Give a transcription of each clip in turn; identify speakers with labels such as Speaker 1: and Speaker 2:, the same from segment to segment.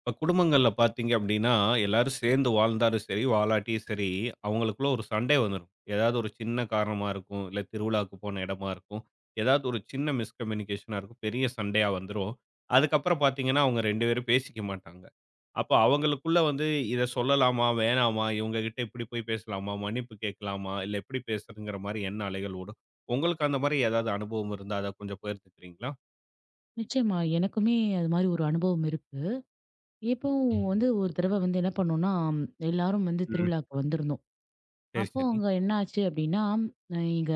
Speaker 1: இப்ப குடும்பங்கள்ல பார்த்தீங்க அப்படின்னா, எல்லாரும் சேர்ந்து வாழ்ந்தாலும் சரி, வாழாட்டியும் சரி, அவங்களுக்குள்ள ஒரு சண்டை வந்துரும். ஏதாவது ஒரு சின்ன காரணமா இருக்கும். இல்ல திருவிழாவுக்கு போன இடமா இருக்கும். ஏதாவது ஒரு சின்ன மிஸ்கம்யூனிகேஷனா இருக்கும். பெரிய சண்டையா வந்துரும். அதுக்கப்புறம் பார்த்தீங்கன்னா, அவங்க 2 பேரும் பேசிக்க மாட்டாங்க. அப்ப அவங்களுக்குள்ள வந்து இத சொல்லலாமா? வேணாமா? இவங்க கிட்ட இப்படி போய் பேசலாமா? மன்னிப்பு கேட்கலாமா? இல்ல எப்படி பேசுறதுங்கிற மாரி என்ன அலைகள் ஓடும்? உங்களுக்கு அந்த மாரி ஏதாவது அனுபவம் இருந்தா, அத கொஞ்சம் பகிர்ந்துக்கிறீங்களா?
Speaker 2: நிச்சயமா. எனக்குமே அது மாரி ஒரு அனுபவம் இருக்கு. இப்போ வந்து ஒரு தடவ வந்து என்ன பண்ணோம்னா, ம், எல்லாரும் வந்து
Speaker 1: ம்.
Speaker 2: திருவிழாவுக்கு வந்திருந்தோம்.
Speaker 1: சரி,
Speaker 2: அப்போ
Speaker 1: சரி.
Speaker 2: அங்க என்ன ஆச்சு அப்டின்னா, அ எங்க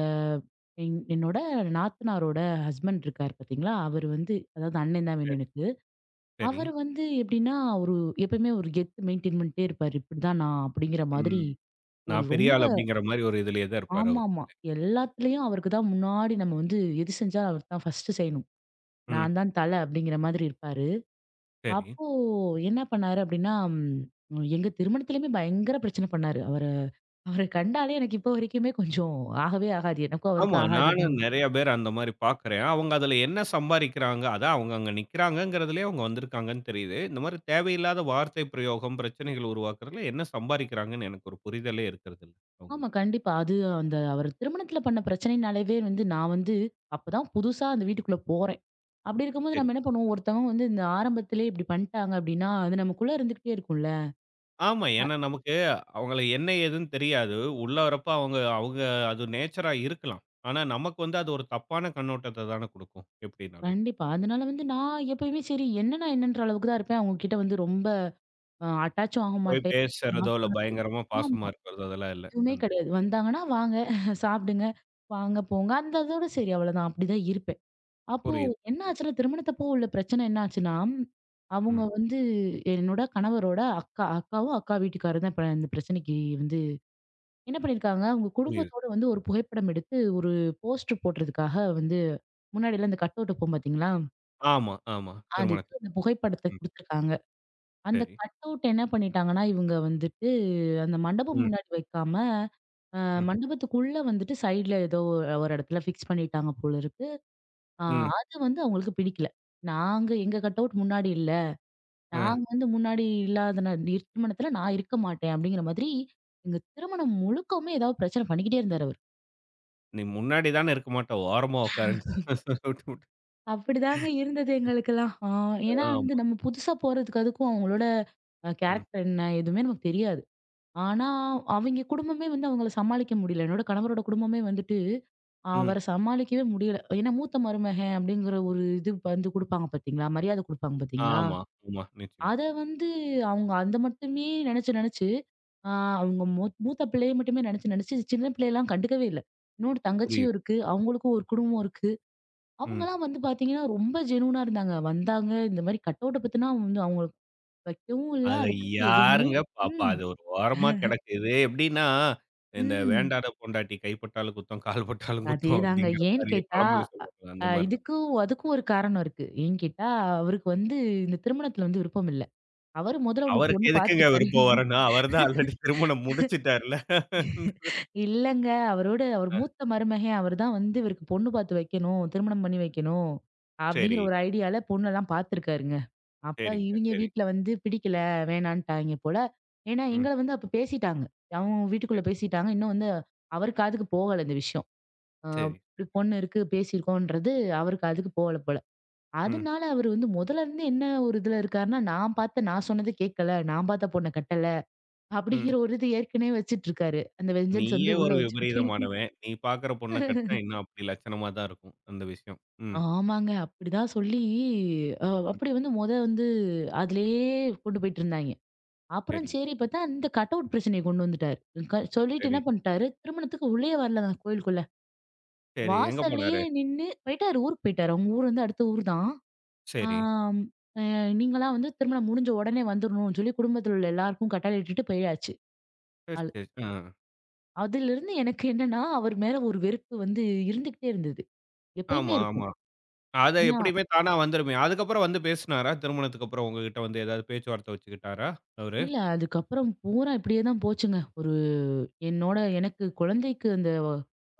Speaker 2: என் என்னோட நாத்தனாரோட ஹஸ்பண்ட் இருக்காரு பார்த்தீங்களா, அவரு வந்து அதாவது அண்ணன் தான் வேணும்
Speaker 1: சரி,
Speaker 2: எனக்கு.
Speaker 1: சரி.
Speaker 2: அவரு வந்து எப்டின்னா, ஒரு எப்பயுமே ஒரு கெத்து மெயின்டெயின் பண்ணிட்டே இருப்பாரு. இப்டிதான் நான் அப்டிங்கிற மாதிரி
Speaker 1: ம்.
Speaker 2: ஒரு
Speaker 1: நான் பெரிய
Speaker 2: ரொம்ப
Speaker 1: ஆள் அப்படிங்கிற மாரி ஒரு இதுலயே தான் இருப்பாரு அவரு.
Speaker 2: ஆமாமா. எல்லாத்துலயும் அவருக்கு தான் முன்னாடி நம்ம வந்து எது செஞ்சாலும் அவருக்கு தான் ஃபர்ஸ்ட்டு செய்யணும்.
Speaker 1: ம்.
Speaker 2: நான் தான் தல அப்டிங்கிற மாதிரி இருப்பாரு.
Speaker 1: சரி.
Speaker 2: அப்போ என்ன பண்ணாரு அப்படின்னா, எங்க திருமணத்திலயுமே பயங்கர பிரச்சனை பண்ணாரு. அவரு அவர கண்டாலே எனக்கு இப்போ வரைக்குமே கொஞ்சம் ஆகவே ஆகாது. எனக்கும்
Speaker 1: ஆமா.
Speaker 2: அவருக்கும் ஆகாது
Speaker 1: நானும் நெறைய பேர் அந்த மாரி பார்க்கிறேன். அவங்க அதுல என்ன சம்பாரிக்கிறாங்க? அதான் அவங்க அங்க நிக்கிறாங்கங்கிறதுலயே அவங்க வந்திருக்காங்கன்னு தெரியுது. இந்த மாரி தேவையில்லாத வார்த்தை பிரயோகம், பிரச்சனைகள் உருவாக்குறதுல என்ன சம்பாரிக்கிறாங்கன்னு எனக்கு ஒரு புரிதலே இருக்கிறதில்ல. அவங்க
Speaker 2: ஆமா, கண்டிப்பா. அது அந்த அவர் திருமணத்தில பண்ண பிரச்சனைனாலவே வந்து நான் வந்து அப்பதான் புதுசா அந்த வீட்டுக்குள்ள போறேன். அப்படி இருக்கும்போது
Speaker 1: சரி.
Speaker 2: நம்ம என்ன பண்ணுவோம், ஒருத்தவங்க வந்து இந்த ஆரம்பத்திலே இப்படி பண்ணிட்டாங்க அப்படின்னா, அது நமக்குள்ள இருந்துகிட்டே இருக்கும்ல.
Speaker 1: ஆமா. ஏன்னா நமக்கு அவங்கள என்ன ஏதுன்னு தெரியாது. உள்ள வரப்ப அவங்க அவங்க அது நேச்சரா இருக்கலாம். ஆனா நமக்கு வந்து அது ஒரு தப்பான கண்ணோட்டத்த தானே குடுக்கும், எப்படினாலும்.
Speaker 2: கண்டிப்பா. அதனால வந்து நான் எப்பயுமே சரி, என்ன நான் என்னன்ற அளவுக்கு தான் இருப்பேன். அவங்க கிட்ட வந்து ரொம்ப அட்டாச்சும் ஆக
Speaker 1: போய்
Speaker 2: மாட்டேன்.
Speaker 1: பேசுறதோ,
Speaker 2: நான்.
Speaker 1: இல்ல பயங்கரமா பாசமா
Speaker 2: ஆமா.
Speaker 1: இருக்கிறதோ அதெல்லாம் இல்ல.
Speaker 2: எதுவுமே
Speaker 1: அந்த
Speaker 2: கிடையாது. வந்தாங்கன்னா, "வாங்க, சாப்பிடுங்க, வாங்க, போங்க." அந்த அதோட சரி அவ்வளோதான். அப்படிதான் இருப்பேன். அப்போ
Speaker 1: புரியுது.
Speaker 2: என்ன ஆச்சுன்னா, திருமணத்தப்போ உள்ள பிரச்சனை என்ன ஆச்சுன்னா, அவங்க
Speaker 1: ம்.
Speaker 2: வந்து என்னோட கணவரோட அக்காவும், அக்கா வீட்டுக்காரரும் தான் இப்ப இந்த பிரச்சனைக்கு வந்து என்ன பண்ணியிருக்காங்க, அவங்க
Speaker 1: புரியுது.
Speaker 2: குடும்பத்தோட வந்து ஒரு புகைப்படம் எடுத்து ஒரு போஸ்டர் போடுறதுக்காக வந்து முன்னாடிலாம் இந்த கட் அவுட் இருக்கும் பார்த்தீங்களா?
Speaker 1: ஆமா, ஆமா.
Speaker 2: அதுக்கு
Speaker 1: திருமணத்துக்கு.
Speaker 2: அந்த புகைப்படத்த
Speaker 1: ம்.
Speaker 2: குடுத்துருக்காங்க. அந்த
Speaker 1: சரி.
Speaker 2: கட்அவுட் என்ன பண்ணிட்டாங்கன்னா, இவுங்க வந்துட்டு அந்த மண்டபம்
Speaker 1: ம்,
Speaker 2: முன்னாடி வைக்காம, அ
Speaker 1: ம்,
Speaker 2: மண்டபத்துக்குள்ள வந்துட்டு சைடுல ஏதோ ஒரு இடத்துல ஃபிக்ஸ் பண்ணிட்டாங்க போல இருக்கு. ஆ
Speaker 1: ம்.
Speaker 2: அது வந்து அவுங்களுக்கு பிடிக்கல. நாங்க எங்க கட்அவுட் முன்னாடி இல்ல.
Speaker 1: ஆ.
Speaker 2: நாங்க வந்து முன்னாடி இல்லாத திருமணத்துல நான் இருக்க மாட்டேன் அப்டிங்கிற மாதிரி, எங்க திருமணம் முழுக்கவுமே ஏதாவது பிரச்சனை பண்ணிக்கிட்டே இருந்தாரு அவரு.
Speaker 1: நீ முன்னாடி தானே இருக்க மாட்ட. ஓரமா உட்காருன்னு சொல்லிவிட்டு
Speaker 2: அப்டிதாங்க இருந்தது எங்களுக்கெல்லாம். ஏன்னா வந்து
Speaker 1: ஆமா.
Speaker 2: நம்ம புதுசா போறதுக்கு அதுக்கும் அவுங்களோட
Speaker 1: ம்,
Speaker 2: கேரக்டர் என்ன? எதுவுமே நமக்கு தெரியாது. ஆனா, அவிங்க குடும்பமே வந்து அவங்கள சமாளிக்க முடியல. என்னோட கணவரோட குடும்பமே வந்துட்டு,
Speaker 1: ம்.
Speaker 2: அவர சமாளிக்கவே முடியல. ஏன்னா, மூத்த மருமகன் அப்படிங்கிற ஒரு இது வந்து குடுப்பாங்க பார்த்தீங்களா? மரியாதை குடுப்பாங்க பார்த்தீங்களா?
Speaker 1: ஆமா, ஆமா. நிச்சயமா.
Speaker 2: அத வந்து அவங்க அந்த மட்டுமே நெனச்சு நெனச்சு, அ அவங்க மூத்த பிள்ளைய மட்டுமே நெனச்சு நெனச்சு சின்ன பிள்ளையெல்லாம் கண்டுக்கவே இல்ல. இன்னொரு தங்கச்சியும்
Speaker 1: புரியுது.
Speaker 2: இருக்கு. அவங்களுக்கும் ஒரு குடும்பம் இருக்கு.
Speaker 1: ம்.
Speaker 2: அவங்கலாம் வந்து பார்த்தீங்கன்னா, ரொம்ப ஜெனூனா இருந்தாங்க. வந்தாங்க இந்த மாரி கட்டவுட்ட பத்தினா வந்து அவங்களுக்கு வைக்கவும் இல்ல.
Speaker 1: அத
Speaker 2: அத பத்தி எதுவுமே
Speaker 1: யாருங்க பாப்பா?
Speaker 2: ம்,
Speaker 1: அது ஒரு ஓரமா கிடக்கு. இது எப்படின்னா, இந்த
Speaker 2: ம்.
Speaker 1: வேண்டாத பொண்டாட்டி கைப்பட்டாலும் குத்தம், கால் பட்டாலும் குத்தம்
Speaker 2: அதேதாங்க.
Speaker 1: அப்படிங்கிற
Speaker 2: ஏன்னு
Speaker 1: மாரி
Speaker 2: கேட்டா,
Speaker 1: பழமொழி
Speaker 2: அ
Speaker 1: சொல்லுவாங்கல்ல, அந்த
Speaker 2: அ,
Speaker 1: மாரி தான்.
Speaker 2: இதுக்கும் அதுக்கும் ஒரு காரணம் இருக்கு. ஏன்னு கேட்டா,
Speaker 1: ம்.
Speaker 2: அவருக்கு வந்து இந்த திருமணத்துல வந்து விருப்பம் இல்ல. அவரு முதல்ல ஒண்ணு
Speaker 1: அவருக்கு
Speaker 2: பொண்ணு
Speaker 1: எதுக்குங்க
Speaker 2: பார்த்துருக்காரு.
Speaker 1: விருப்பம் வரணும்? அவர் தான் ஆல்ரெடி திருமணம் முடிச்சிட்டார்ல.
Speaker 2: இல்லங்க அவரோட அவர்
Speaker 1: அ
Speaker 2: மூத்த மருமகன் அவர் தான் வந்து இவருக்கு பொண்ணு பார்த்து வைக்கணும், திருமணம் பண்ணி வைக்கணும்.
Speaker 1: சரி,
Speaker 2: அப்படிங்கிற ஒரு ஐடியால பொண்ணெல்லாம் பார்த்துருக்காருங்க. அப்ப
Speaker 1: சரிங்க,
Speaker 2: இவிங்க
Speaker 1: சரிங்க.
Speaker 2: வீட்ல வந்து பிடிக்கல, வேணான்ட்டாய்ங்க போல. ஏன்னா,
Speaker 1: ம்.
Speaker 2: எங்கள வந்து அப்ப பேசிட்டாங்க. அவங்க
Speaker 1: சரி.
Speaker 2: வீட்டுக்குள்ள பேசிட்டாங்க. இன்னும் வந்து அவர் காதுக்கு போகல இந்த விஷயம். அ
Speaker 1: சரி.
Speaker 2: இப்படி பொண்ணு இருக்கு, பேசியிருக்கோன்றது அவர் காதுக்கு போகல போல.
Speaker 1: ம்,
Speaker 2: அதனால அவரு வந்து முதல்ல இருந்து என்ன ஒரு இதுல இருக்காருன்னா, நான் பார்த்த நான் சொன்னது கேட்கல, நான் பார்த்த பொண்ண கட்டல,
Speaker 1: ம்.
Speaker 2: அப்படிங்கிற ஒரு இது ஏற்கனவே வச்சுட்டு இருக்காரு. அந்த வெஞ்சன்ஸ்
Speaker 1: நீயே
Speaker 2: வந்து உள்ள
Speaker 1: ஒரு
Speaker 2: வச்சுக்கிட்டு.
Speaker 1: விபரீதமானவன். நீ பாக்குற பொண்ண கட்டினா இன்னும் அப்படி லட்சணமா தான் இருக்கும். அந்த விஷயம். ம்,
Speaker 2: ஆமாங்க. அப்படிதான் சொல்லி அ
Speaker 1: ம்.
Speaker 2: அப்படி வந்து மொத வந்து அதிலேயே கொண்டு போயிட்டுருந்தாய்ங்க. அப்புறம்
Speaker 1: சரிங்க.
Speaker 2: சரி பார்த்தா, இந்த கட் அவுட் பிரச்சனைய கொண்டு வந்துட்டாரு. சொல்லிட்டு
Speaker 1: சரி,
Speaker 2: என்ன பண்ணிட்டாரு, திருமணத்துக்கு உள்ளயே வரலங்க கோயிலுக்குள்ள.
Speaker 1: சரி. எங்க
Speaker 2: வாசல்லயே
Speaker 1: போனாரு?
Speaker 2: நின்னு போயிட்டாரு. ஊருக்கு போயிட்டாரு. அவங்க ஊர் வந்து அடுத்த ஊர் தான்.
Speaker 1: சரி.
Speaker 2: ஆம். அ நீங்கலாம் வந்து திருமணம் முடிஞ்ச உடனே வந்துரணும்னு சொல்லி குடும்பத்துல உள்ள எல்லாருக்கும் கட்டளையிட்டுட்டு போயாச்சு.
Speaker 1: சரி,
Speaker 2: அது
Speaker 1: சரி. ஆ.
Speaker 2: அதிலிருந்து எனக்கு என்னன்னா, அவர் மேல ஒரு வெறுப்பு வந்து இருந்துகிட்டே இருந்தது. எப்பயுமே
Speaker 1: ஆமா,
Speaker 2: இருக்கும்.
Speaker 1: ஆமா. அது
Speaker 2: ஏன்னா
Speaker 1: எப்படியுமே தானா வந்துருமே. அதுக்கப்புறம் வந்து பேசுனாரா? திருமணத்துக்கு அப்புறம் உங்ககிட்ட வந்து ஏதாவது பேச்சுவார்த்தை வச்சுக்கிட்டாரா அவரு?
Speaker 2: இல்ல அதுக்கப்புறம் பூரா இப்படியே தான் போச்சுங்க. ஒரு என்னோட எனக்கு குழந்தைக்கு அந்த வ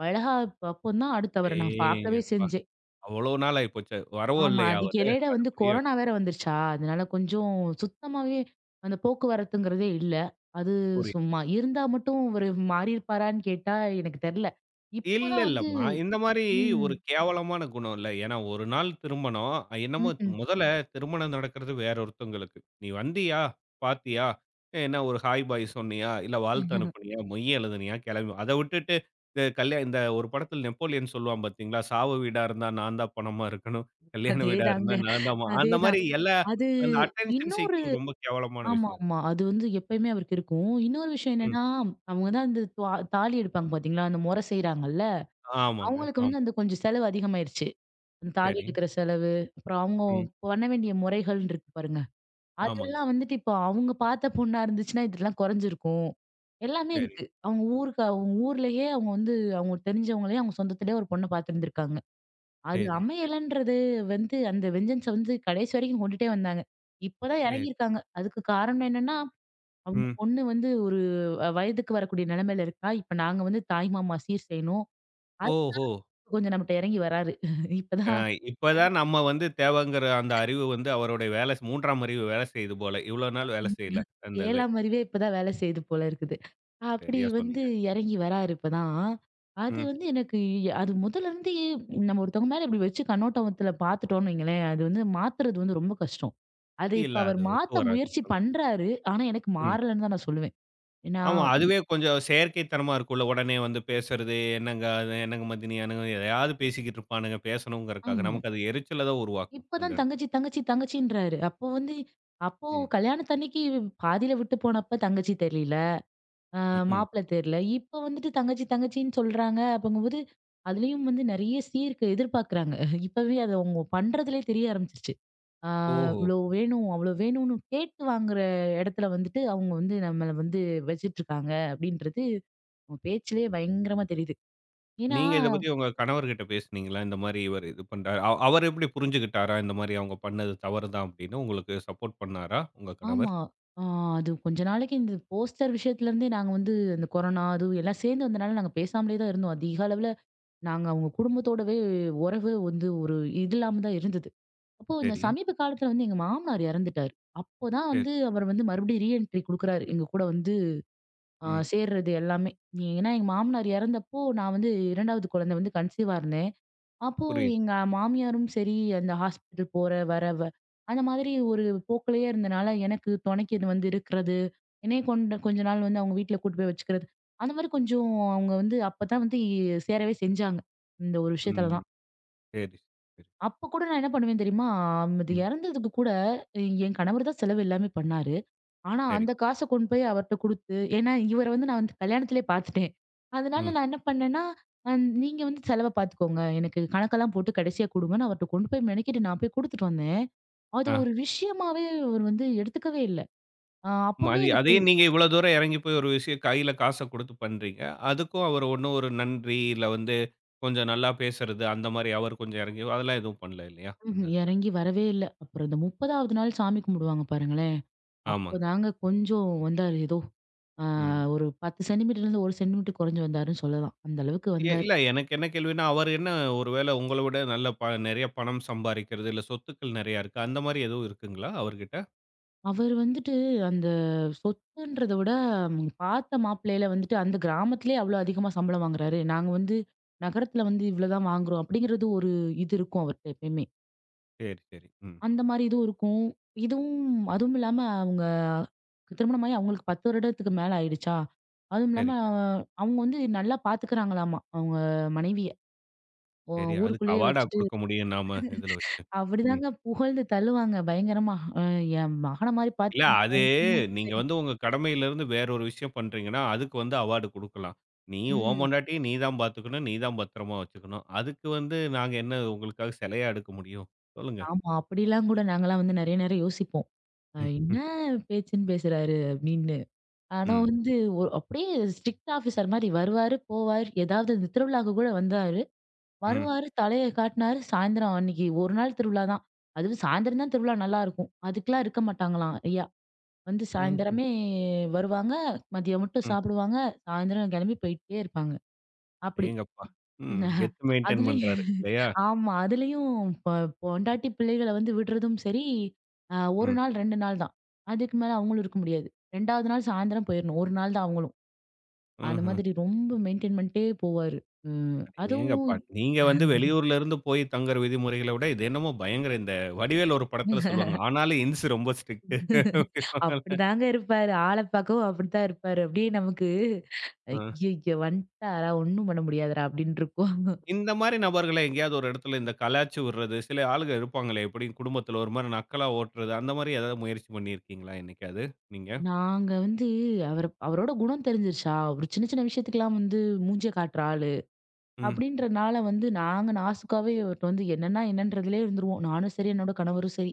Speaker 2: வளகாப்பு அப்பந்தான் அடுத்து அவர நான் பார்க்கவே
Speaker 1: அடேங்கப்பா!
Speaker 2: செஞ்சேன்.
Speaker 1: அவ்வளோ நாள் ஆயிப்போச்சு. வரவும்
Speaker 2: ஆமா.
Speaker 1: இல்லையா
Speaker 2: அதுக்கு
Speaker 1: அவரு?
Speaker 2: இடையில
Speaker 1: அது
Speaker 2: வந்து
Speaker 1: முடியும்.
Speaker 2: கொரோனா வேற வந்துருச்சா, அதனால கொஞ்சம் சுத்தமாவே அந்த போக்குவரத்துங்கிறதே இல்ல. அது
Speaker 1: புரியுது.
Speaker 2: சும்மா இருந்தா மட்டும் இவரு மாறியிருப்பாரான்னு கேட்டா எனக்கு தெரியல.
Speaker 1: இல்ல
Speaker 2: இப்போதான் வந்து
Speaker 1: இல்லம்மா. இந்த மாரி
Speaker 2: ம்.
Speaker 1: ஒரு கேவலமான குணம் இல்ல. ஏன்னா, ஒரு நாள் திருமணம். அ, என்னமோ
Speaker 2: ம்ஹ்ம்.
Speaker 1: முதல்ல திருமணம் நடக்கிறது வேற ஒருத்தவங்களுக்கு. நீ வந்தியா? பார்த்தியா? என்ன ஒரு ஹாய், பாய் சொன்னியா? இல்ல வாழ்த்து அனுப்புனியா? மொய் எழுதுனியா? கிளம்பி அத விட்டுட்டு இந்த கல்யா இந்த ஒரு படத்துல நெப்போலியன் சொல்லுவான் பார்த்தீங்களா? சாவு வீடா இருந்தா நான் தான் பணமா இருக்கணும். கல்யாண வீடா
Speaker 2: அதேதாங்க.
Speaker 1: இருந்தா நான் தான் மா-" அந்த
Speaker 2: அதேதான்.
Speaker 1: மாரி எல்லா
Speaker 2: அது
Speaker 1: அந்த அட்டென்ஷன்
Speaker 2: இன்னொரு
Speaker 1: சீக்கிங் ரொம்ப கேவலமான விஷயம்.
Speaker 2: ஆமாமா. அது வந்து எப்பயுமே அவருக்கு இருக்கும். இன்னொரு விஷயம்
Speaker 1: ம்.
Speaker 2: என்னன்னா, அவங்க தான் அந்த துவா தாலி எடுப்பாங்க பார்த்தீங்களா, அந்த முறை செய்றாங்கல்ல,
Speaker 1: ஆமாங்க.
Speaker 2: அவங்களுக்கு வந்து
Speaker 1: ஆமா.
Speaker 2: அந்த கொஞ்சம் செலவு அதிகமாயிருச்சு. அந்த தாலி
Speaker 1: சரி.
Speaker 2: எடுக்கிற செலவு, அப்புறம் அவங்க
Speaker 1: ம்.
Speaker 2: பண்ண வேண்டிய முறைகள் இருக்கு பாருங்க.
Speaker 1: ஆமாங்க.
Speaker 2: அதெல்லாம் வந்துட்டு இப்போ அவங்க பார்த்த பொண்ணா இருந்துச்சுன்னா, இதெல்லாம் குறைஞ்சிருக்கும். எல்லாமே
Speaker 1: சரி,
Speaker 2: இருக்கு. அவங்க ஊருக்கு அவங்க ஊர்லயே அவங்க வந்து அவங்களுக்கு தெரிஞ்சவங்களே அவங்க சொந்தத்திலேயே ஒரு பொண்ண பார்த்துருந்துருக்காங்க. அது
Speaker 1: சரி,
Speaker 2: அமையலன்றது வந்து அந்த வெஞ்சன்ஸ வந்து கடைசி வரைக்கும் கொண்டுட்டே வந்தாங்க. இப்பதான்
Speaker 1: சரி.
Speaker 2: இறங்கியிருக்காங்க. அதுக்கு காரணம் என்னன்னா, அவங்க
Speaker 1: ம்.
Speaker 2: பொண்ணு வந்து ஒரு அ வயதுக்கு வரக்கூடிய நிலைமையில இருக்கா. இப்ப நாங்க வந்து தாய் மாமா சீர் செய்யணும். அதுக்கு
Speaker 1: ஓஹோ!
Speaker 2: கொஞ்சம் நம்மட்ட இறங்கி வராரு.
Speaker 1: அ
Speaker 2: இப்பதான்
Speaker 1: இப்பதான் நம்ம வந்து தேவைங்கிற அந்த அறிவு வந்து அவருடைய வேலை 3ஆம் அறிவு வேலை செய்யுது போல. இவ்வளோ நாள் வேலை செய்யல. அந்த இது.
Speaker 2: ஏழாம் அறிவே இப்பதான் வேலை செய்யுது போல இருக்குது. அப்படி
Speaker 1: சரியா
Speaker 2: வந்து
Speaker 1: சொன்னீங்க.
Speaker 2: இறங்கி வராரு இப்பதான். அது
Speaker 1: ம்.
Speaker 2: வந்து எனக்கு அது முதல்ல இருந்து நம்ம ஒருத்தவங்க மேல இப்படி வச்சு கண்ணோட்டத்துல பார்த்துட்டோம்னு வைங்களேன், அது வந்து மாத்துறது வந்து ரொம்ப கஷ்டம். அது
Speaker 1: இல்ல
Speaker 2: இப்ப அவர்
Speaker 1: அது ஒத்து
Speaker 2: மாத்த
Speaker 1: வராது
Speaker 2: முயற்சி
Speaker 1: நமக்கு.
Speaker 2: பண்றாரு. ஆனா எனக்கு
Speaker 1: ம்.
Speaker 2: மாறலன்னு தான் நான் சொல்லுவேன். ஏன்னா
Speaker 1: ஆமா.
Speaker 2: இ
Speaker 1: அதுவே கொஞ்சம் செயற்கைத்தனமா இருக்கும்ல. உடனே வந்து பேசுறது, என்னங்க அது, என்னங்க மதினி, என்னங்க எதையாவது பேசிக்கிட்டு இருப்பானுங்க பேசணுங்கிறதுக்காக.
Speaker 2: ஆமா.
Speaker 1: நமக்கு அது எரிச்சல தான் உருவாக்கும் அந்த
Speaker 2: இப்பதான்
Speaker 1: இடத்துல.
Speaker 2: தங்கச்சி, தங்கச்சி, தங்கச்சின்றாரு. அப்போ
Speaker 1: ம்.
Speaker 2: கல்யாணத்தன்னைக்கு பாதியில விட்டு போனப்ப தங்கச்சி தெரியல. அ
Speaker 1: ம். ம்.
Speaker 2: மாப்பிள தெர்ல. இப்ப வந்துட்டு தங்கச்சி தங்கச்சின்னு சொல்றாங்க. அப்பங்கும்போது, அதுலயும் வந்து நெறைய சீருக்கு எதிர்பார்க்குறாங்க. இப்பவே அது அவங்க பண்றதுலயே தெரிய ஆரம்பிச்சுருச்சு. ஆ
Speaker 1: ஓஹோ!
Speaker 2: இவ்ளோ வேணும், அவ்ளோ வேணும்னு கேட்டு வாங்குற இடத்துல வந்துட்டு, அவங்க வந்து நம்மள வந்து வச்சுட்டுருக்காங்க அப்படின்றது அவங்க பேச்சிலேயே பயங்கரமா தெரியுது. ஏன்னா
Speaker 1: நீங்க இத பத்தி உங்க கணவர்கிட்ட பேசுனீங்களா? இந்த மாரி இவரு இது பண்றாரு. அவரு எப்படி புரிஞ்சுகிட்டாரா? இந்த மாரி அவங்க பண்ணது தவறு தான் அப்படின்னு உங்களுக்கு சப்போர்ட் பண்ணாரா உங்க கணவர்?
Speaker 2: ஆமா. ஆ அது கொஞ்ச நாளைக்கு இந்த போஸ்டர் விஷயத்துலருந்தே நாங்க வந்து அந்த கொரோனா அது எல்லாம் சேர்ந்து வந்தனால நாங்க பேசாமலே தான் இருந்தோம். அதிக அளவுல நாங்க அவங்க குடும்பத்தோடவே உறவு வந்து ஒரு இது இல்லாம தான் இருந்தது. அப்போ இந்த
Speaker 1: சரி,
Speaker 2: சமீப காலத்துல வந்து எங்க மாமனார் இறந்துட்டாரு. அப்போதான்
Speaker 1: சரி.
Speaker 2: வந்து அவர் வந்து மறுபடியும் ரீஎன்ட்ரி குடுக்குறாரு. எங்க கூட வந்து
Speaker 1: ம்.
Speaker 2: சேர்றது எல்லாமே. ஏன்னா எங்க மாமனார் இறந்தப்போ நான் வந்து 2வது குழந்தை வந்து கன்சீவா இருந்தேன். அப்போ
Speaker 1: புரியுது.
Speaker 2: எங்க மாமியாரும் சரி, அந்த ஹாஸ்பிட்டல் போற, வர அந்த மாதிரி ஒரு போக்கிலேயே இருந்தனால எனக்கு துணைக்கு இது வந்து இருக்கிறது. என்னைய கொண்ட கொஞ்ச நாள் வந்து அவங்க வீட்ல கூட்டு போய் வச்சுக்கிறது. அந்த மாதிரி கொஞ்சம் அவங்க வந்து அப்பதான் வந்து சேரவே செஞ்சாங்க. இந்த ஒரு விஷயத்துல
Speaker 1: ம்.
Speaker 2: தான்.
Speaker 1: சரி, சரி.
Speaker 2: அப்ப கூட நான் என்ன பண்ணுவேன் தெரியுமா? அது
Speaker 1: ம்.
Speaker 2: இறந்ததுக்கு கூட என் கணவர் தான் செலவு எல்லாமே பண்ணாரு. ஆனா
Speaker 1: சரி.
Speaker 2: அந்த காச கொண்டு போய் அவர்ட்ட குடுத்து ஏன்னா இவர வந்து நான் வந்து கல்யாணத்திலே பார்த்துட்டேன். அதனால
Speaker 1: ம்.
Speaker 2: நான் என்ன பண்ணேன்னா, அ நீங்க வந்து செலவ பார்த்துக்கோங்க. எனக்கு கணக்கெல்லாம் போட்டு கடைசியா குடுங்கன்னு அவர்ட்ட கொண்டு போய் மெனக்கிட்டு நான் போய் குடுத்துட்டு வந்தேன். அது
Speaker 1: ஆ.
Speaker 2: ஒரு விஷயமாவே அவர் வந்து எடுத்துக்கவே இல்ல. அப்பவுமே
Speaker 1: மதி
Speaker 2: எனக்கு
Speaker 1: அதே நீங்க இவ்வளோ தூரம் இறங்கி போய் ஒரு விஷயம் கையில காச குடுத்து பண்றீங்க. அதுக்கும் அவர் ஒண்ணும் ஒரு நன்றி, இல்ல வந்து கொஞ்சம் நல்லா பேசுறது, அந்த மாரி அவர் கொஞ்சம் இறங்கி அதெல்லாம் எதுவும் பண்ணல இல்லையா? அந்த
Speaker 2: ம்ஹ்ம்
Speaker 1: இதுல.
Speaker 2: இறங்கி வரவே இல்ல. அப்புறம் இந்த 30வது நாள் சாமி கும்பிடுவாங்க பாருங்களேன்.
Speaker 1: ஆமாங்க.
Speaker 2: அப்போதாங்க கொஞ்சம் வந்தாரு ஏதோ. ஆ
Speaker 1: ம்.
Speaker 2: ஒரு 10 சென்டிமீட்டர்லேருந்து 1 சென்டிமீட்டர் குறைஞ்சு வந்தாருன்னு சொல்லலாம். அந்த அளவுக்கு வந்தாரு.
Speaker 1: இல்ல எனக்கு என்ன கேள்வின்னா, அவர் என்ன ஒரு வேள உங்கள விட நல்ல நெறைய பணம் சம்பாரிக்கிறது, இல்ல சொத்துக்கள் நெறையா இருக்கா? அந்த மாரி எதுவும் இருக்குங்களா அவர்கிட்ட?
Speaker 2: அவரு வந்துட்டு அந்த சொத்துன்றத விட ம், பார்த்த மாப்பிள்ளையில வந்துட்டு அந்த கிராமத்திலேயே அவ்வளோ அதிகமா சம்பளம் வாங்குறாரு. நாங்க வந்து நகரத்துல வந்து இவ்வளோதான் வாங்குறோம் அப்படிங்கிறது ஒரு இது இருக்கும் அவர்ட்ட எப்பயுமே.
Speaker 1: சரி, சரி. ம்.
Speaker 2: அந்த மாரி இதுவும் இருக்கும். இதுவும் அதுவும் இல்லாம அவங்க திருமணமாகி அவங்களுக்கு 10 வருடத்துக்கு மேல ஆயிடுச்சா, அதுவும் இல்லாம
Speaker 1: சரிங்க.
Speaker 2: அவங்க வந்து நல்லா பார்த்துக்கிறாங்களாமா அவங்க மனைவிய. ஊ
Speaker 1: சரி. அதுக்கு
Speaker 2: ஊருக்குள்ளேயே
Speaker 1: அவார்டா
Speaker 2: வச்சுட்டு
Speaker 1: குடுக்க முடியும் நாம இதுல வச்சு. ம்.
Speaker 2: அப்படிதாங்க புகழ்ந்து தள்ளுவாங்க பயங்கரமா. அ என் மகன மாரி
Speaker 1: இல்ல
Speaker 2: பார்த்துக்கணும்
Speaker 1: அது
Speaker 2: அவங்க குடும்பமும்
Speaker 1: நீங்க
Speaker 2: சரி.
Speaker 1: வந்து உங்க கடமையிலிருந்து வேற ஒரு விஷயம் பண்றீங்கன்னா, அதுக்கு வந்து அவார்டு குடுக்கலாம். நீ உன்
Speaker 2: ம்.
Speaker 1: பொண்டாட்டிய நீ தான் பாத்துக்கணும். நீ தான் பத்திரமா வச்சுக்கணும். அதுக்கு வந்து நாங்க என்ன உங்களுக்காக சிலையா எடுக்க முடியும்? சொல்லுங்க.
Speaker 2: ஆமா. அப்படிலாம் கூட நாங்கலாம் வந்து நெறைய நேரம் யோசிப்போம்.
Speaker 1: ம்.
Speaker 2: என்ன பேச்சுன்னு பேசுறாரு அப்படின்னு. ஆனா
Speaker 1: ம்.
Speaker 2: வந்து அப்படியே ஸ்ட்ரிக்ட் ஆஃபீசர் மாரி வருவாரு, போவாரு. ஏதாவது இந்த திருவிழாக்கு கூட வந்தாரு.
Speaker 1: ம்.
Speaker 2: வருவாரு, தலைய காட்டினாரு. சாயந்தரம் அன்னைக்கு ஒரு நாள் திருவிழா தான். அதுவும் சாயந்தரம் தான் திருவிழா நல்லாருக்கும். அதுக்கெல்லாம் இருக்க மாட்டாங்களாம் ஐயா. வந்து
Speaker 1: ம். ம்.
Speaker 2: சாயந்தரமே வருவாங்க. மதியம் மட்டும்
Speaker 1: ம்.
Speaker 2: சாப்பிடுவாங்க. சாயந்தரம் கிளம்பி போயிட்டே இருப்பாங்க. அப்படி.
Speaker 1: அடேங்கப்பா! ம். கெத்து மெயின்டெயின் பண்றாரு
Speaker 2: அதுலயும்
Speaker 1: இல்லையா?
Speaker 2: ஆமா. அதுலயும் பொ பொண்டாட்டி பிள்ளைகள வந்து விடுறதும் சரி, 1
Speaker 1: ம்.
Speaker 2: நாள் 2 நாள் தான். அதுக்கு மேல அவங்களும் இருக்க முடியாது. 2வது நாள் சாயந்தரம் போயிரணும். 1 நாள் தான் அவங்களும். அந்த
Speaker 1: ம்ஹ்ம்.
Speaker 2: மாதிரி ரொம்ப மெயின்டெயின் பண்ணிட்டே போவாரு. ம். அதுவும்
Speaker 1: அடேங்கப்பா! நீங்க வந்து வெளியூர்ல இருந்து போய் தங்குற விதிமுறைகள விட, இது என்னமோ பயங்கர இந்த வடிவேலு ஒரு படத்துல சொல்லுவாங்க. ஆனாலும் இன்ஸ் ரொம்ப ஸ்ட்ரிக்ட் அப்படிம்பாங்கல்ல.
Speaker 2: அப்படிதாங்க இருப்பாரு. ஆள பார்க்கவும் அப்படித்தான் இருப்பாரு. அப்படியே நமக்கு
Speaker 1: அ.
Speaker 2: ஐய்யய்ய! வந்துட்டாரா! ஒண்ணும் பண்ண முடியாதுடா அப்படின்னு இருக்கும்.
Speaker 1: இந்த மாரி நபர்கள எங்கேயாவது ஒரு இடத்துல இந்த கலாய்ச்சு விடுறது, சில ஆளுங்க இருப்பாங்களே எப்படி குடும்பத்துல ஒரு மாரி நக்கலா ஓட்டுறது, அந்த மாரி ஏதாவது முயற்சி பண்ணியிருக்கீங்களா என்னைக்காவது நீங்க?
Speaker 2: நாங்க வந்து அவர அவரோட குணம் தெரிஞ்சிருச்சா, ஒரு சின்ன சின்ன விஷயத்துக்கெல்லாம் வந்து மூஞ்சிய காட்டுற ஆளு.
Speaker 1: ம்.
Speaker 2: அப்படின்றனால வந்து நாங்க நாசுக்காவே இவர்ட்ட வந்து என்னன்னா என்னன்றதுலயே இருந்துருவோம். நானும் சரி, என்னோட கணவரும் சரி.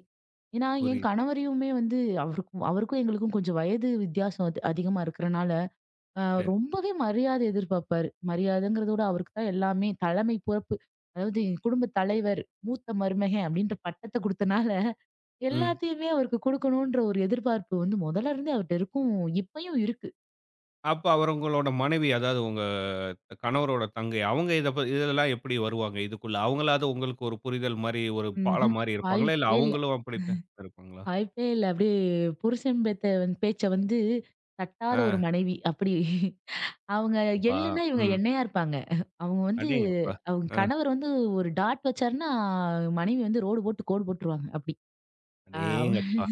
Speaker 2: ஏன்னா, என்
Speaker 1: புரியுது.
Speaker 2: கணவரையுமே வந்து அவருக்கும் அவருக்கும் எங்களுக்கும் கொஞ்சம் வயது வித்தியாசம் அது அதிகமா இருக்கிறனால, அ
Speaker 1: சரி.
Speaker 2: ரொம்பவே மரியாதை எதிர்பார்ப்பாரு. மரியாதைங்கிறத விட அவருக்கு தான் எல்லாமே தலைமை பொறுப்பு. அதாவது எங்க குடும்ப தலைவர், மூத்த மருமகன் அப்படின்ற பட்டத்த குடுத்தனால,
Speaker 1: ம்.
Speaker 2: எல்லாத்தையுமே அவருக்கு குடுக்கணுன்ற ஒரு எதிர்பார்ப்பு வந்து முதல்ல இருந்தே அவர்ட்ட இருக்கும். இப்பயும் இருக்கு.
Speaker 1: அப்ப அவர் உங்களோட மனைவி அதாவது உங்க கணவரோட தங்கை. அவங்க இத இதெல்லாம் எப்படி வருவாங்க இதுக்குள்ள? அவங்களாவது உங்களுக்கு ஒரு புரிதல் மாரி, ஒரு
Speaker 2: ம்ஹ்ம்.
Speaker 1: பாலம் மாரி இருப்பாங்களா? இல்ல
Speaker 2: வாய்ப்பே இல்ல.
Speaker 1: அவங்களும் அப்படித்தான் இருப்பாங்களா?
Speaker 2: வாய்ப்பே இல்ல. அப்படியே புருஷன் பேத்த வந்து பேச்ச வந்து தட்டாத ஒரு
Speaker 1: ஆ,
Speaker 2: மனைவி. அப்படி அவங்க
Speaker 1: அப்பா,
Speaker 2: எள்ளுன்னா இவங்க
Speaker 1: ம்.
Speaker 2: எண்ணெயா இருப்பாங்க. அவங்க வந்து
Speaker 1: அடேங்கப்பா!
Speaker 2: அவங்க
Speaker 1: ஆ,
Speaker 2: கணவர் வந்து ஒரு டாட் வச்சாருன்னா, மனைவி வந்து ரோடு போட்டு கோடு போட்டுருவாங்க. அப்படி. ஆ
Speaker 1: அடேங்கப்பா!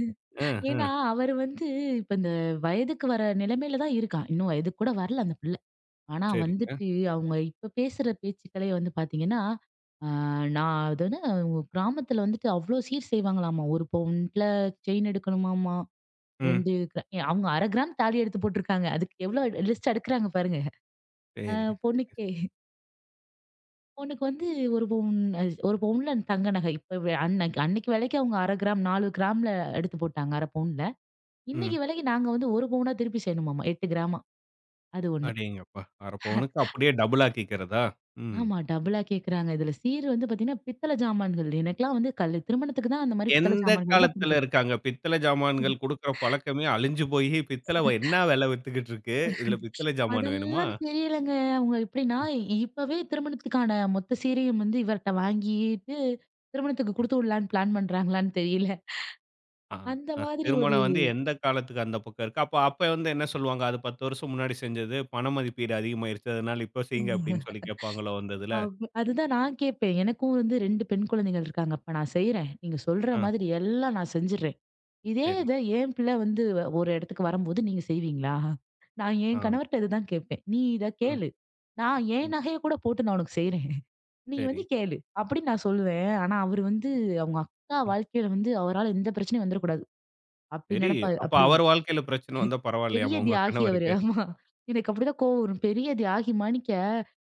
Speaker 1: ம்,
Speaker 2: ஏன்னா
Speaker 1: ம்.
Speaker 2: அவர் வந்து இப்ப இந்த வயதுக்கு வர நிலைமையில தான் இருக்கான். இன்னும் வயதுக்கு கூட வரல அந்த பிள்ளை. ஆனா
Speaker 1: சரிங்க.
Speaker 2: வந்துட்டு அவங்க இப்ப பேசுற பேச்சுக்களே வந்து பாத்தீங்கன்னா, ஆ நான் அது வந்து அவங்க கிராமத்துல வந்துட்டு அவ்ளோ சீர் செய்வாங்களாமா. ஒரு பவுன்ல செயின் எடுக்கணுமாமா.
Speaker 1: ம்.
Speaker 2: அவங்க 1/2 கிராம் தாலி எடுத்து போட்டுருக்காங்க. அதுக்கு எவ்ளோ லிஸ்ட் அடுக்குறாங்க பாருங்க. அ
Speaker 1: சரி, சரி.
Speaker 2: பொண்ணுக்கே பொண்ணுக்கு வந்து 1 பவுன் அஹ் ஒரு பவுன்ல தங்க நகை. அன்னைக்கு அன்னைக்கு விலைக்கு அவங்க 1/2 கிராம் 4 கிராம்ல எடுத்து போட்டாங்க 1/2 பவுன்ல.
Speaker 1: ம்.
Speaker 2: இன்னைக்கு விலைக்கு நாங்க வந்து 1 பவுனா திருப்பி செய்யணுமாமா 8 கிராமா. அது ஒண்ணு.
Speaker 1: அடேங்கப்பா! 1/2 பவுனுக்கு அப்படியே டபுள் ஆக்கிக்கிறதா? ம்.
Speaker 2: ஆமா டபுளா கேட்கறாங்க. இதுல சீர் வந்து பாத்தீங்கன்னா, பித்தள ஜாமான்கள். எனக்கெல்லாம் வந்து கல் திருமணத்துக்கு தான் அந்த மாரி பித்தள
Speaker 1: எந்த
Speaker 2: ஜாமான்கள் தான்
Speaker 1: காலத்துல
Speaker 2: குடுத்து
Speaker 1: இருக்காங்க? பித்தள ஜாமான்கள் குடுக்குற பழக்கமே அழிஞ்சு போயி, பித்தள என்ன விலை வித்துக்கிட்டு இருக்கு? இதுல பித்தள ஜாமான் வேணுமா?
Speaker 2: அதெல்லாம் தெரியலங்க. அவங்க எப்படின்னா, இப்பவே திருமணத்துக்கான மொத்த சீரையும் வந்து இவர்ட்ட வாங்கிட்டு, திருமணத்துக்கு குடுத்து விடலான்னு பிளான் பண்றாங்களான்னு தெரியல.
Speaker 1: ஆ,
Speaker 2: அந்த
Speaker 1: அ.
Speaker 2: மாதிரி ஒரு
Speaker 1: திருமணம் வந்து எந்த காலத்துக்கு அந்த பக்கம் இருக்கு. அப்ப அப்ப வந்து என்ன சொல்லுவாங்க? அது 10 வருஷம் முன்னாடி செஞ்சது. பண மதிப்பீடு அதிகமாயிருச்சு. அதனால இப்போ செய்யுங்க அப்படின்னு சொல்லி கேட்பாங்களோ அந்த இதுல?
Speaker 2: அவ் அதுதான் நான் கேட்பேன். எனக்கும் வந்து 2 பெண் குழந்தைகள் இருக்காங்க. அப்ப நான் செய்றேன். நீங்க சொல்ற
Speaker 1: ஆ,
Speaker 2: மாதிரி எல்லாம் நான் செஞ்சுடுறேன். இதே
Speaker 1: சரி.
Speaker 2: இத என் பிள்ளை வந்து ஒரு இடத்துக்கு வரும்போது நீங்க செய்வீங்களா? நான்
Speaker 1: ஆ.
Speaker 2: என் கணவர்ட்ட இதுதான் கேட்பேன். நீ இத
Speaker 1: ம்,
Speaker 2: கேளு. நான்
Speaker 1: ம்.
Speaker 2: என் நகைய கூட போட்டு நான் உனக்கு செய்றேன். நீ
Speaker 1: சரி.
Speaker 2: வந்து கேளு அப்படின்னு நான் சொல்லுவேன். ஆனா அவரு வந்து அவங்க அக்கா
Speaker 1: ம்.
Speaker 2: வாழ்க்கையில வந்து அவரால எந்த பிரச்சனையும் வந்துடக்கூடாது. அப்படி
Speaker 1: சரி.
Speaker 2: நினைப்பாரு.
Speaker 1: அப்ப
Speaker 2: அப்படி
Speaker 1: அவர் வாழ்க்கையில பிரச்சனை வந்தா
Speaker 2: பெரிய
Speaker 1: பரவாயில்லையாமா உங்க
Speaker 2: தியாகி அவரு.
Speaker 1: கணவருக்கு?
Speaker 2: ஆமா. எனக்கு அப்படிதான் கோவம் வரும். பெரிய தியாகி மாணிக்க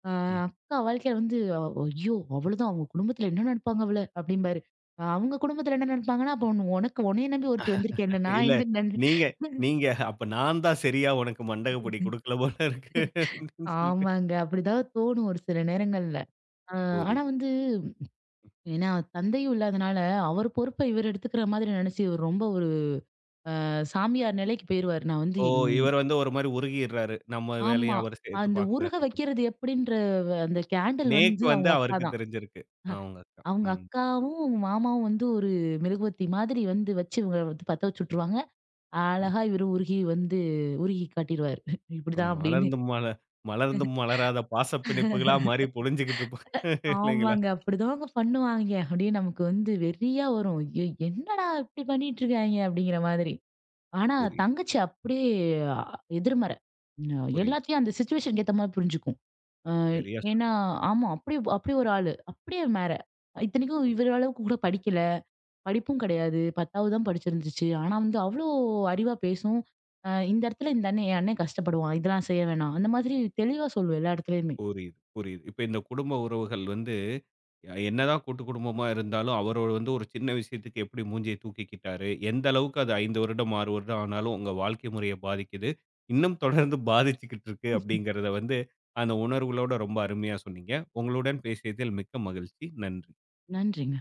Speaker 2: அ
Speaker 1: ம்.
Speaker 2: அக்கா வாழ்க்கையில வந்து ஐயோ! அவ்வளோதான் அவங்க குடும்பத்துல என்ன நினைப்பாங்க அவள அப்படிம்பாரு. அவங்க குடும்பத்துல என்ன நினைப்பாங்கன்னா, அப்ப உன் உனக்கு உன்னைய நம்பி ஒருத்தி வந்திருக்கேன்ல நான்
Speaker 1: இல்ல
Speaker 2: என்ன நினை
Speaker 1: நீங்க நீங்க அப்ப நான் தான் சரியா உனக்கு மண்டகப்படி குடுக்கல போல இருக்கு அப்படின்னு சொல்லிட்டு.
Speaker 2: ஆமாங்க. அப்படிதான் தோணும் ஒரு சில நேரங்கள்ல. அ ஆனா
Speaker 1: புரியுது.
Speaker 2: வந்து ஏன்னா தந்தையும் இல்லாதனால அவர் பொறுப்ப இவர் எடுத்துக்கிற மாதிரி நினைச்சு இவர் ரொம்ப சாமியார் நிலைக்கு போயிருவாரு. நான் வந்து
Speaker 1: ஓ!
Speaker 2: ம்
Speaker 1: இவர் வந்து ஒரு மாரி உருகிடுறாரு. நம்ம வேலையும்
Speaker 2: ஆமா.
Speaker 1: அவரு சேர்த்து
Speaker 2: அந்த
Speaker 1: பார்க்கிறாரு
Speaker 2: உருக
Speaker 1: அப்படின்னு.
Speaker 2: வைக்கிறது எப்படின்ற அந்த கேண்டில்
Speaker 1: நேக்கு
Speaker 2: வந்து
Speaker 1: வந்து
Speaker 2: அவங்க அக்கா
Speaker 1: அவருக்கு
Speaker 2: தான்.
Speaker 1: தெரிஞ்சிருக்கு. ஆ உங்க அக்கா.
Speaker 2: அவங்க
Speaker 1: ம்.
Speaker 2: அக்காவும், மாமாவும் வந்து ஒரு மெழுகுவர்த்தி மாதிரி வந்து வச்சு இவங்க வந்து பத்த வச்சு விட்டுருவாங்க.
Speaker 1: ம்.
Speaker 2: அழகா இவரு உருகி வந்து உருகி காட்டிருவாரு. இப்படிதான் அப்படின்னு.
Speaker 1: மலர்ந்தும் மல மலர்ந்தும் மலராத பாசப் பிணைப்புகளா மாறி பொழிஞ்சுகிட்டு இருப்பாங்க இல்லைங்களா?
Speaker 2: ஆமாங்க. அப்படிதாங்க பண்ணுவாய்ங்க. அப்படியே நமக்கு வந்து வெறியா வரும். ஐயோ! என்னடா இப்படி பண்ணிட்டு இருக்காய்ங்க அப்படிங்கிற மாதிரி. ஆனா
Speaker 1: புரியுது,
Speaker 2: தங்கச்சி அப்படியே அ, எதிர்மறை.
Speaker 1: புரியுது.
Speaker 2: எல்லாத்தையும் அந்த சிச்சுவேஷனுக்கு ஏத்த மாரி புரிஞ்சுக்கும். அ
Speaker 1: சரியா
Speaker 2: ஏன்னா
Speaker 1: சொன்னீங்க.
Speaker 2: ஆமா. அப்படி அப்படி ஒரு ஆளு. அப்படியே மேற. இத்தனைக்கும்
Speaker 1: புரியுது,
Speaker 2: இவர அளவுக்கு கூட படிக்கல. படிப்பும் கிடையாது. 10வது தான் படிச்சிருந்துச்சு. ஆனா வந்து அவ்ளோ அறிவா பேசும். இந்த இடத்துல இந்த அண்ணன் என் அண்ணன் கஷ்டப்படுவான். இதெல்லாம் செய்ய வேணாம். அந்த மாதிரி தெளிவா சொல்லும் எல்லா இடத்துலயுமே.
Speaker 1: புரியுது, புரியுது. இப்ப இந்த குடும்ப உறவுகள் வந்து என்னதான் கூட்டு குடும்பமா இருந்தாலும், அவரு வந்து ஒரு சின்ன விஷயத்துக்கு எப்படி மூஞ்சிய தூக்கிக்கிட்டாரு, எந்த அளவுக்கு அது 5 வருடம், 6 வருடம் ஆனாலும் உங்க வாழ்க்கை முறைய பாதிக்குது. இன்னும் தொடர்ந்து பாதிச்சுக்கிட்டு இருக்கு அப்படிங்கிறத வந்து, அந்த உணர்வுகளோட ரொம்ப அருமையா சொன்னீங்க. உங்களுடன் பேசியதில் மிக்க மகிழ்ச்சி. நன்றி.
Speaker 2: நன்றிங்க.